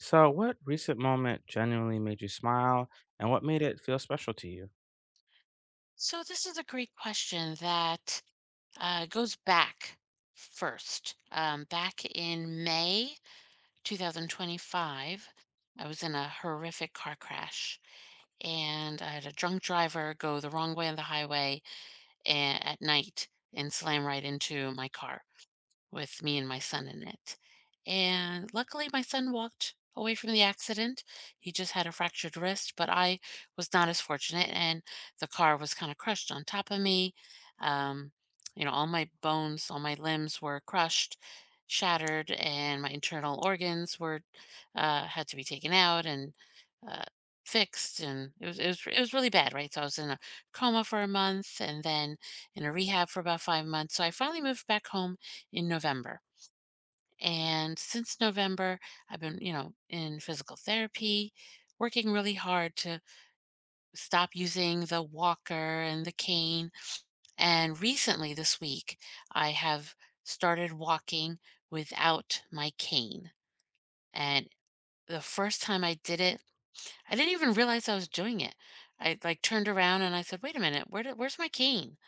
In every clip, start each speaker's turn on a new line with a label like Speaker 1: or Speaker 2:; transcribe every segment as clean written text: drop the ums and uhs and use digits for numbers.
Speaker 1: So, what recent moment genuinely made you smile and what made it feel special to you?
Speaker 2: So this is a great question that goes back first. Back in May 2025, I was in a horrific car crash, and I had a drunk driver go the wrong way on the highway a- at night and slam right into my car with me and my son in it. And luckily, my son walked away from the accident. He just had a fractured wrist, but I was not as fortunate, and the car was kind of crushed on top of me. Um, you know, all my bones, all my limbs were crushed, shattered, and my internal organs were had to be taken out and uh, fixed. And it was really bad, right? So I was in a coma for a month, and then in a rehab for about 5 months. So I finally moved back home in November. And since November, I've been, you know, in physical therapy, working really hard to stop using the walker and the cane. And recently this week, I have started walking without my cane. And the first time I did it, I didn't even realize I was doing it. I like turned around and I said, "Wait a minute, where's my cane?"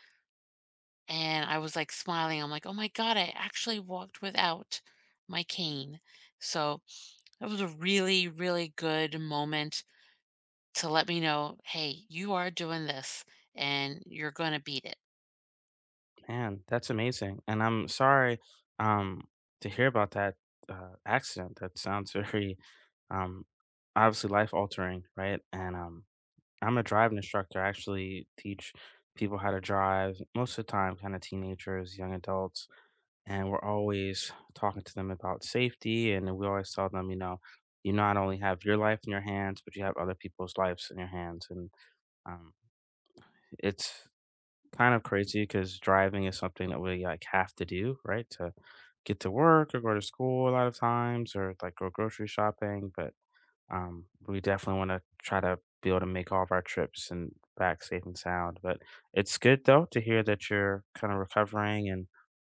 Speaker 2: And I was like smiling. I'm like, "Oh my god, I actually walked without my cane." So that was a really, really good moment to let me know, hey, you are doing this and you're going to beat it.
Speaker 1: Man, that's amazing. And I'm sorry um, to hear about that accident. That sounds very um, obviously life altering, right? And I'm a driving instructor. I actually teach people how to drive most of the time, kind of teenagers, young adults. And we're always talking to them about safety. And we always tell them, you know, you not only have your life in your hands, but you have other people's lives in your hands. And Um, it's kind of crazy because driving is something that we like have to do, right? To get to work or go to school a lot of times or like go grocery shopping. But we definitely want to try to be able to make all of our trips and back safe and sound. But it's good though to hear that you're kind of recovering and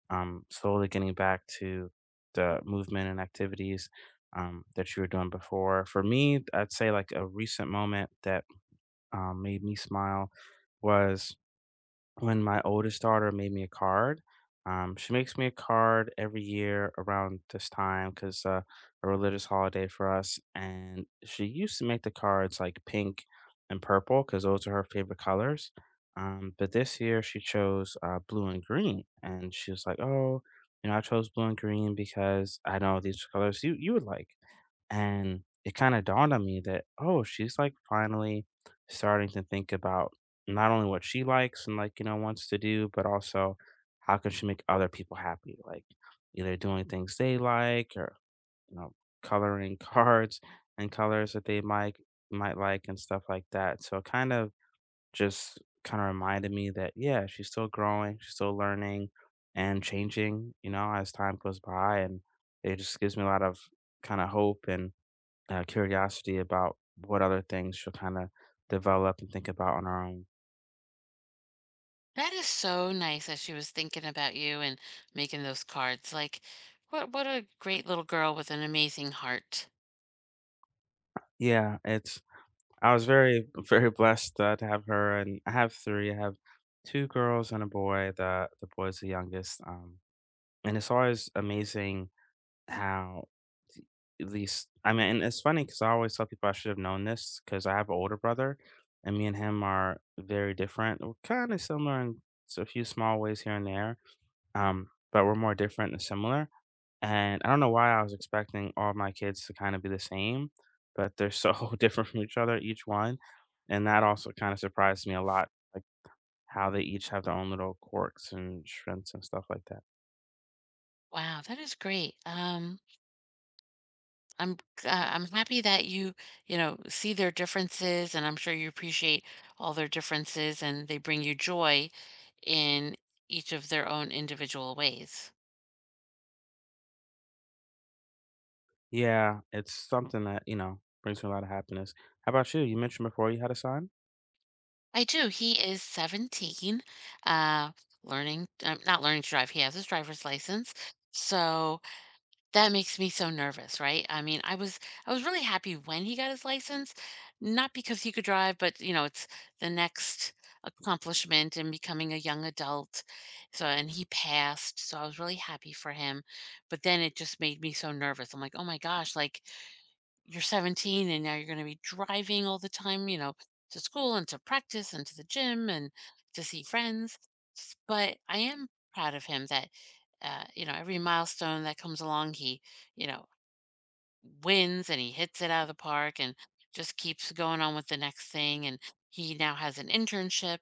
Speaker 1: slowly getting back to the movement and activities that you were doing before. For me, I'd say like a recent moment that made me smile was when my oldest daughter made me a card. She makes me a card every year around this time because a religious holiday for us. And she used to make the cards like pink and purple because those are her favorite colors. But this year she chose blue and green, and she was like, "Oh, you know, I chose blue and green because I know these are colors you would like." And it kind of dawned on me that, oh, she's like finally starting to think about not only what she likes and like, you know, wants to do, but also how can she make other people happy? Like either doing things they like or, you know, coloring cards and colors that they might like and stuff like that. So it kind of just kind of reminded me that yeah, she's still growing, she's still learning and changing, you know, as time goes by and it just gives me a lot of kind of hope and curiosity about what other things she'll kind of develop and think about on her own.
Speaker 2: That is so nice that she was thinking about you and making those cards. Like, what a great little girl with an amazing heart.
Speaker 1: Yeah, it's. I was very, very blessed to have her, and I have three. I have two girls and a boy. The boy's the youngest, and it's always amazing how th- these. I mean, and it's funny because I always tell people I should have known this because I have an older brother, and me and him are very different. We're kind of similar in a few small ways here and there, but we're more different and similar. And I don't know why I was expecting all my kids to kinda be the same, but they're so different from each other, each one, and that also kinda surprised me a lot, like, how they each have their own little quirks and strengths and stuff like that.
Speaker 2: Wow, that is great. I'm I'm happy that you know see their differences, and I'm sure you appreciate all their differences, and they bring you joy in each of their own individual ways.
Speaker 1: Yeah, it's something that, you know, brings me a lot of happiness. How about you? You mentioned before you had a son?
Speaker 2: I do. He is 17, uh, learning not learning to drive, he has his driver's license. So, that makes me so nervous, right? I mean, I was really happy when he got his license, not because he could drive, but, you know, it's the next accomplishment in becoming a young adult. So, and he passed, so I was really happy for him. But then it just made me so nervous. I'm like, "Oh my gosh, like you're 17 and now you're going to be driving all the time, you know, to school and to practice and to the gym and to see friends. But I am proud of him that, you know, every milestone that comes along, he, you know, wins and he hits it out of the park and just keeps going on with the next thing. And he now has an internship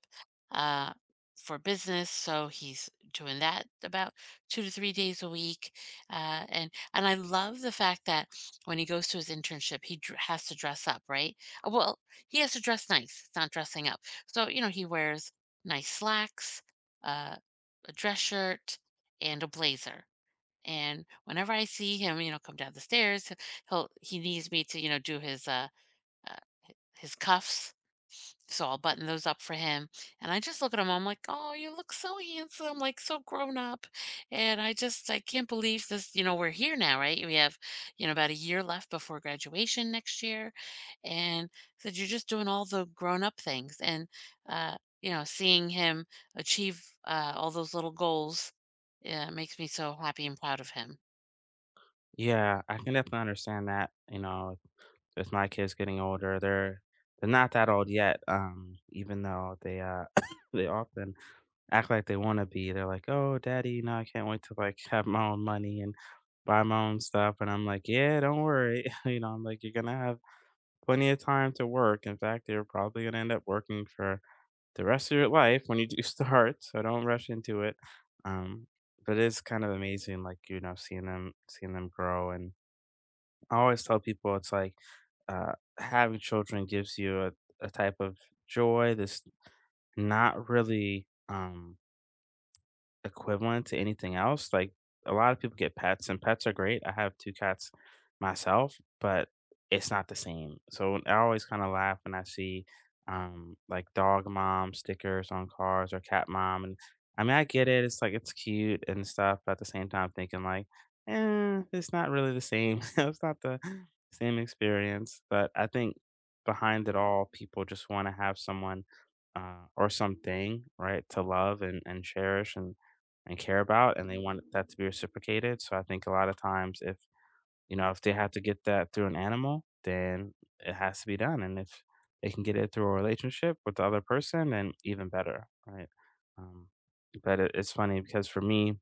Speaker 2: uh, for business, so he's doing that about 2 to 3 days a week. And I love the fact that when he goes to his internship, has to dress up, right? Well, he has to dress nice. It's not dressing up. So you know he wears nice slacks, uh, a dress shirt, and a blazer and whenever I see him, you know, come down the stairs, he needs me to, you know, do uh his cuffs. So I'll button those up for him. And I just look at him, I'm like, oh, you look so handsome, like so grown up. And I can't believe this, you know, we're here now, right? We have, you know, about a year left before graduation next year. And I said you're just doing all the grown up things. And uh, you know, seeing him achieve all those little goals, yeah, makes me so happy and proud of him.
Speaker 1: Yeah, I can definitely understand that, you know, with my kids getting older, they're not that old yet, even though they, they often act like they want to be. They're like, "Oh, daddy, you know, I can't wait to like have my own money and buy my own stuff." And I'm like, "Yeah, don't worry. you know, I'm like, you're gonna have plenty of time to work. In fact, you're probably gonna end up working for the rest of your life when you do start. So don't rush into it." Um, but it's kind of amazing, like you know, seeing them grow. And I always tell people, it's like uh, having children gives you a type of joy that's not really equivalent to anything else, like, a lot of people get pets, and pets are great, I have 2 cats myself, but it's not the same, so I always kinda laugh when I see, like, dog mom stickers on cars or cat mom, and I mean, I get it, it's like, it's cute and stuff, but at the same time, thinking like, "Eh, it's not really the same." It's not the same experience, but I think behind it all, people just wanna have someone, or something, right, to love and cherish, and care about, and they want that to be reciprocated, so I think a lot of times if, you know, if they have to get that through an animal, then it has to be done, and if they can get it through a relationship with the other person, then even better, right? Um, but it's funny because for me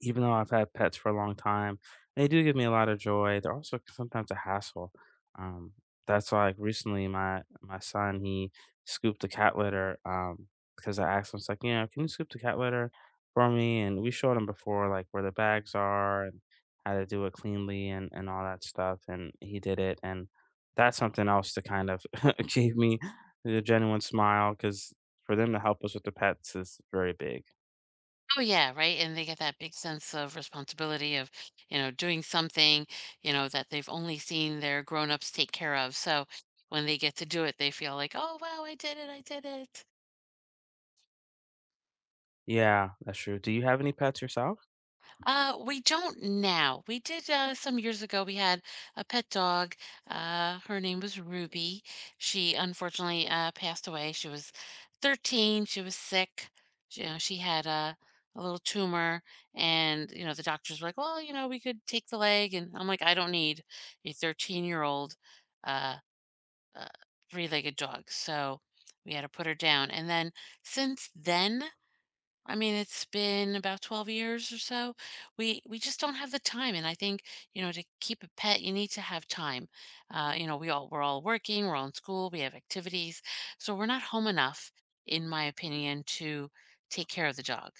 Speaker 1: even though I've had pets for a long time, they do give me a lot of joy. They're also sometimes a hassle. Um, that's why, like recently, my son he scooped the cat litter because I asked him, it's like, you know, can you scoop the cat litter for me? And we showed him before, like where the bags are and how to do it cleanly and all that stuff. And he did it, and that's something else to kind of gave me the genuine smile because for them to help us with the pets is very big.
Speaker 2: Oh yeah, right. And they get that big sense of responsibility of, you know, doing something, you know, that they've only seen their grown-ups take care of. So when they get to do it, they feel like, oh wow, I did it.
Speaker 1: Yeah, that's true. Do you have any pets yourself?
Speaker 2: We don't now. We did some years ago. We had a pet dog. Her name was Ruby. She unfortunately passed away. She was 13. She was sick. She, you know, she had a little tumor, and you know, the doctors were like, "Well, you know, we could take the leg." And I'm like, "I don't need a 13-year-old uh, uh, three-legged dog." So we had to put her down. And then since then. I mean, it's been about 12 years or so. We just don't have the time, and I think you know to keep a pet, you need to have time. You know, we're all working, we're all in school, we have activities, so we're not home enough, in my opinion, to take care of the dog.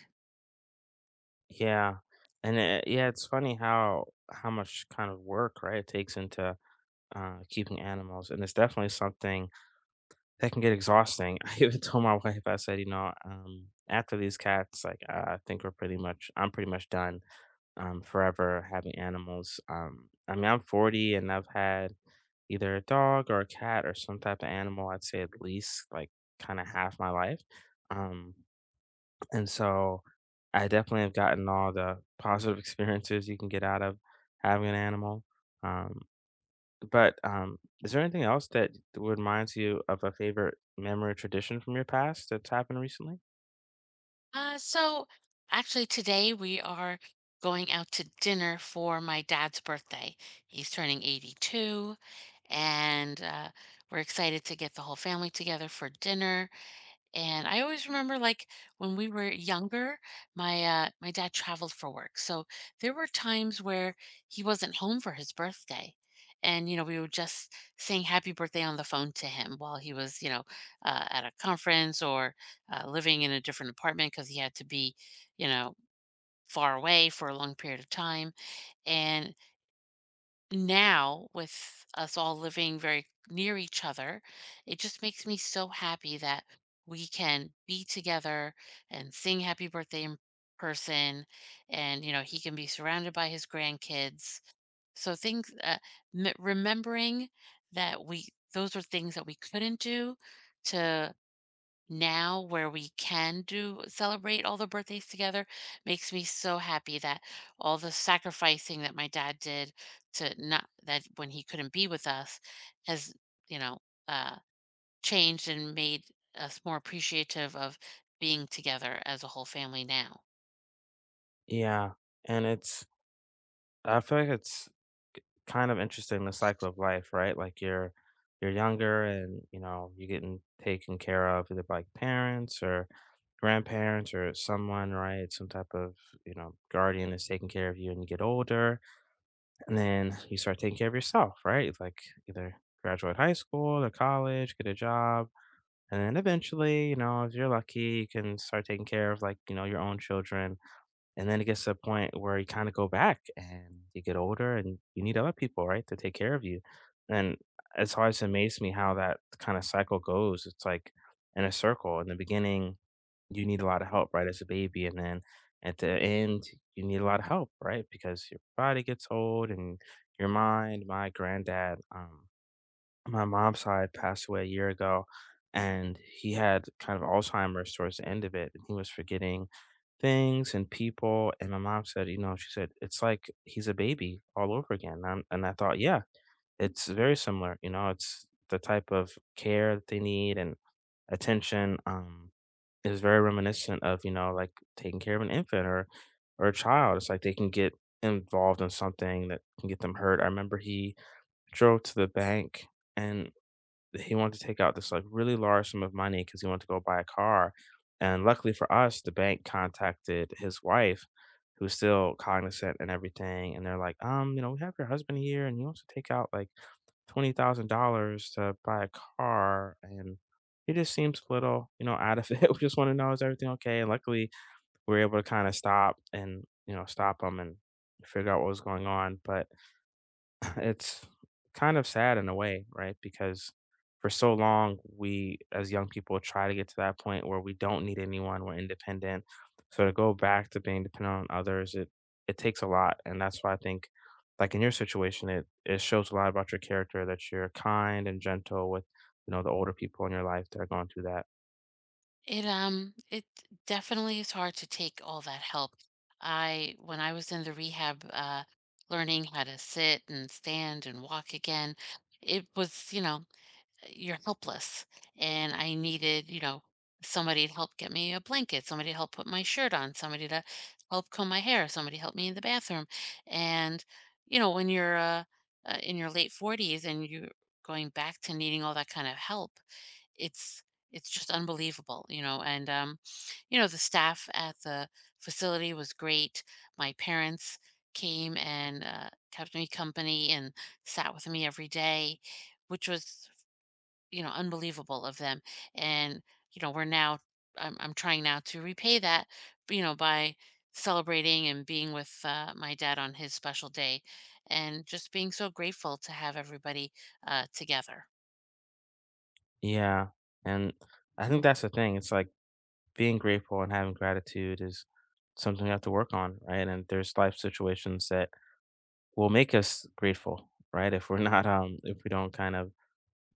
Speaker 1: Yeah, and it, yeah, it's funny how much kind of work right it takes into keeping animals, and it's definitely something that can get exhausting. I even told my wife, I said, you know, after these cats, like I think I'm pretty much done forever having animals. I mean, I'm 40 and I've had either a dog or a cat or some type of animal. I'd say at least like kind of half my life. Um, and so I definitely have gotten all the positive experiences you can get out of having an animal. Um, but Is there anything else that reminds you of a favorite memory or tradition from your past that's happened recently?
Speaker 2: So actually, today we are going out to dinner for my dad's birthday. He's turning 82, and we're excited to get the whole family together for dinner. And I always remember like when we were younger, my dad traveled for work. So there were times where he wasn't home for his birthday. And you know, we were just saying happy birthday on the phone to him while he was, you know, at a conference or living in a different apartment because he had to be, you know, far away for a long period of time. And now with us all living very near each other, it just makes me so happy that we can be together and sing happy birthday in person. And, you know, he can be surrounded by his grandkids. So things, remembering that we, those are things that we couldn't do, to now where we can do celebrate all the birthdays together, makes me so happy that all the sacrificing that my dad did to not that when he couldn't be with us has, you know, uh changed and made us more appreciative of being together as a whole family now.
Speaker 1: Yeah. And it's, I feel like it's kind of interesting the cycle of life, right? Like you're younger and, you know, you're getting taken care of either by parents or grandparents or someone, right? Some type of, you know, guardian is taking care of you and you get older. And then you start taking care of yourself, right? It's like either graduate high school or college, get a job. And then eventually, you know, if you're lucky, you can start taking care of like, you know, your own children. And then it gets to a point where you kind of go back and you get older and you need other people, right, to take care of you. And it's always amazed me how that kind of cycle goes. It's like in a circle. In the beginning, you need a lot of help, right, as a baby. And then at the end, you need a lot of help, right? Because your body gets old and your mind. My granddad, on my mom's side, passed away a year ago, and he had kind of Alzheimer's towards the end of it. And he was forgetting things and people. And my mom said, you know, she said, it's like he's a baby all over again. And I thought, yeah, it's very similar. You know, it's the type of care that they need and attention. Is very reminiscent of, you know, like taking care of an infant or a child. It's like they can get involved in something that can get them hurt. I remember he drove to the bank and he wanted to take out this like really large sum of money because he wanted to go buy a car. And luckily for us, the bank contacted his wife, who's still cognizant and everything. And they're like, you know, we have your husband here and he wants to take out like $20,000 to buy a car and he just seems a little, you know, out of it. We just want to know is everything okay? And luckily we were able to kind of stop and, you know, stop him and figure out what was going on. But it's kind of sad in a way, right? Because for so long, we as young people try to get to that point where we don't need anyone, we're independent. So to go back to being dependent on others, it takes a lot, and that's why I think, like in your situation, it shows a lot about your character that you're kind and gentle with, you know, the older people in your life that are going through that.
Speaker 2: It it definitely is hard to take all that help. I when i was in the rehab learning how to sit and stand and walk again, it was, you know, you're helpless. And I needed, you know, somebody to help get me a blanket, somebody to help put my shirt on, somebody to help comb my hair, somebody help me in the bathroom. And, you know, when you're in your late 40s and you're going back to needing all that kind of help, it's it's just unbelievable, you know. And you know, the staff at the facility was great. My parents came and kept me company and sat with me every day, which was, you know, unbelievable of them. And, you know, we're now I'm trying now to repay that, you know, by celebrating and being with my dad on his special day and just being so grateful to have everybody together.
Speaker 1: Yeah, and I think that's the thing. It's like being grateful and having gratitude is something you have to work on, right? And there's life situations that will make us grateful, right? If we're not if we don't kind of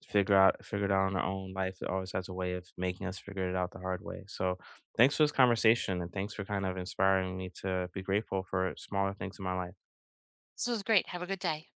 Speaker 1: figure it out on our own life, it always has a way of making us figure it out the hard way. So thanks for this conversation and thanks for kind of inspiring me to be grateful for smaller things in my life.
Speaker 2: So it was great. Have a good day.